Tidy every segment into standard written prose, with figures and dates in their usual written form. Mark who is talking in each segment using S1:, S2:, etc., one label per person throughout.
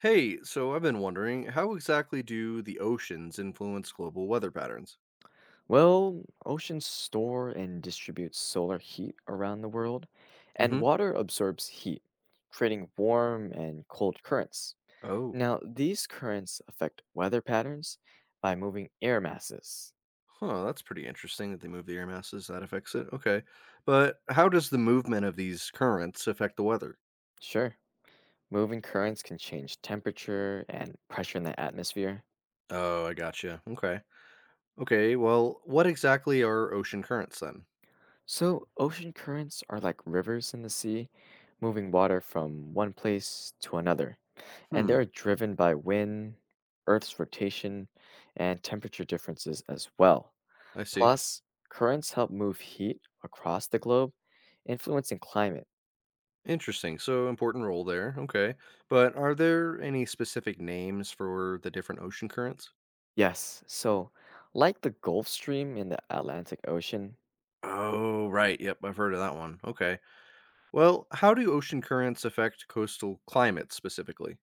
S1: Hey, so I've been wondering, how exactly do the oceans influence global weather patterns?
S2: Well, oceans store and distribute solar heat around the world, and
S1: Mm-hmm.
S2: water absorbs heat, creating warm and cold currents.
S1: Oh,
S2: Now, these currents affect weather patterns by moving air masses.
S1: huh, that's pretty interesting that they move the air masses. That affects it. Okay. But how does the movement of these currents affect the weather?
S2: Sure, moving currents can change temperature and pressure in the atmosphere.
S1: Oh, I gotcha. Okay. Okay, well, what exactly are ocean currents then?
S2: So, ocean currents are like rivers in the sea, moving water from one place to another. And they
S1: Hmm,
S2: are driven by wind, Earth's rotation, and temperature differences as well.
S1: I see.
S2: Plus, currents help move heat across the globe, influencing climate.
S1: Interesting. So, important role there. Okay. But are there any specific names for the different ocean currents?
S2: Yes, so like the Gulf Stream in the Atlantic Ocean,
S1: Oh, right. Yep, I've heard of that one. Okay. Well, how do ocean currents affect coastal climates specifically?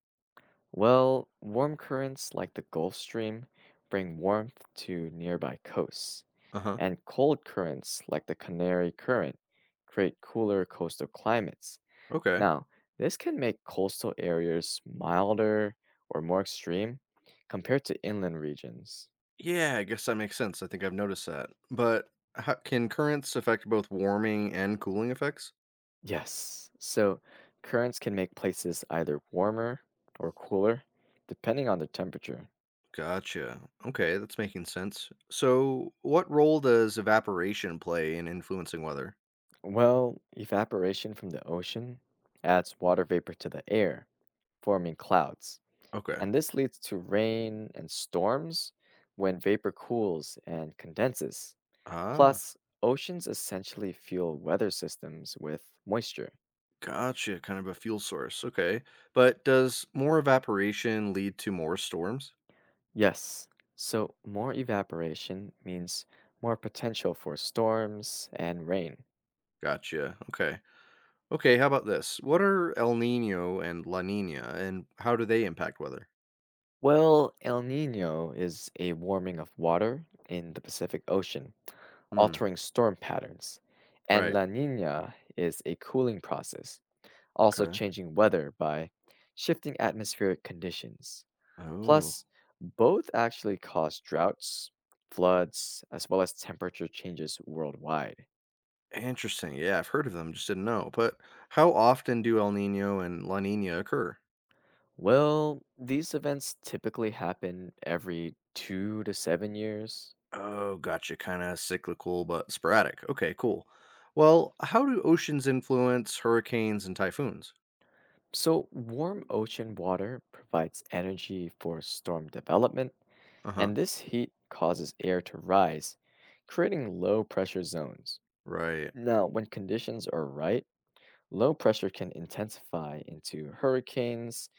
S2: well, warm currents like the Gulf Stream bring warmth to nearby coasts,
S1: Uh huh.
S2: and cold currents like the Canary Current create cooler coastal climates.
S1: Okay.
S2: Now, this can make coastal areas milder or more extreme compared to inland regions.
S1: Yeah, I guess that makes sense. I think I've noticed that. But how, can currents affect both warming and cooling effects?
S2: Yes, so currents can make places either warmer or cooler depending on the temperature.
S1: Gotcha. Okay, that's making sense. So, what role does evaporation play in influencing weather?
S2: Well, evaporation from the ocean adds water vapor to the air, forming clouds,
S1: Okay.
S2: and this leads to rain and storms when vapor cools and condenses.
S1: Ah,
S2: Plus, oceans essentially fuel weather systems with moisture.
S1: gotcha. Kind of a fuel source. Okay. But does more evaporation lead to more storms?
S2: Yes, so more evaporation means more potential for storms and rain.
S1: Gotcha. Okay. Okay, how about this? What are El Nino and La Nina, and how do they impact weather?
S2: Well, El Nino is a warming of water in the Pacific Ocean,
S1: Hmm.
S2: altering storm patterns, and
S1: Right.
S2: La Nina is a cooling process also
S1: Okay.
S2: changing weather by shifting atmospheric conditions.
S1: Oh,
S2: Plus, both actually cause droughts, floods, as well as temperature changes worldwide.
S1: interesting. Yeah, I've heard of them, just didn't know. But how often do El Nino and La Nina occur?
S2: Well, these events typically happen every 2 to 7 years.
S1: Oh, gotcha. Kind of cyclical, but sporadic. Okay, cool. Well, how do oceans influence hurricanes and typhoons?
S2: So, warm ocean water provides energy for storm development,
S1: Uh huh.
S2: and this heat causes air to rise, creating low pressure zones.
S1: Right.
S2: Now, when conditions are right, low pressure can intensify into hurricanes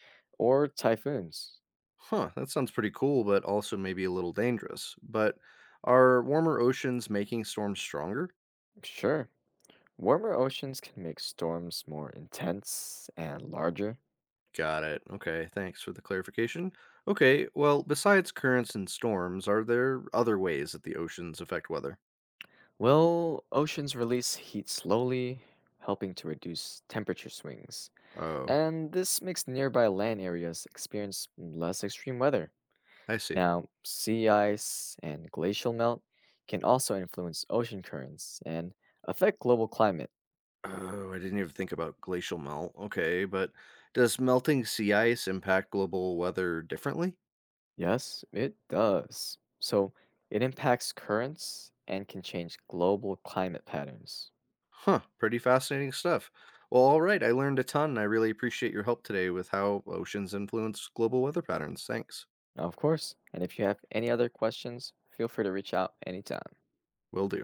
S2: or typhoons.
S1: Huh. That sounds pretty cool, but also maybe a little dangerous. But are warmer oceans making storms stronger?
S2: Sure, warmer oceans can make storms more intense and larger.
S1: Got it. Okay, thanks for the clarification. Okay, well, besides currents and storms, are there other ways that the oceans affect weather?
S2: Well, oceans release heat slowly, helping to reduce temperature swings.
S1: Oh,
S2: And this makes nearby land areas experience less extreme weather.
S1: I see.
S2: Now, sea ice and glacial melt can also influence ocean currents and affect global climate.
S1: Oh, I didn't even think about glacial melt. Okay, but does melting sea ice impact global weather differently?
S2: Yes, it does. So it impacts currents and can change global climate patterns.
S1: Huh, pretty fascinating stuff. Well, all right, I learned a ton. I really appreciate your help today with how oceans influence global weather patterns. Thanks.
S2: Of course, and if you have any other questions, feel free to reach out anytime.
S1: Will do.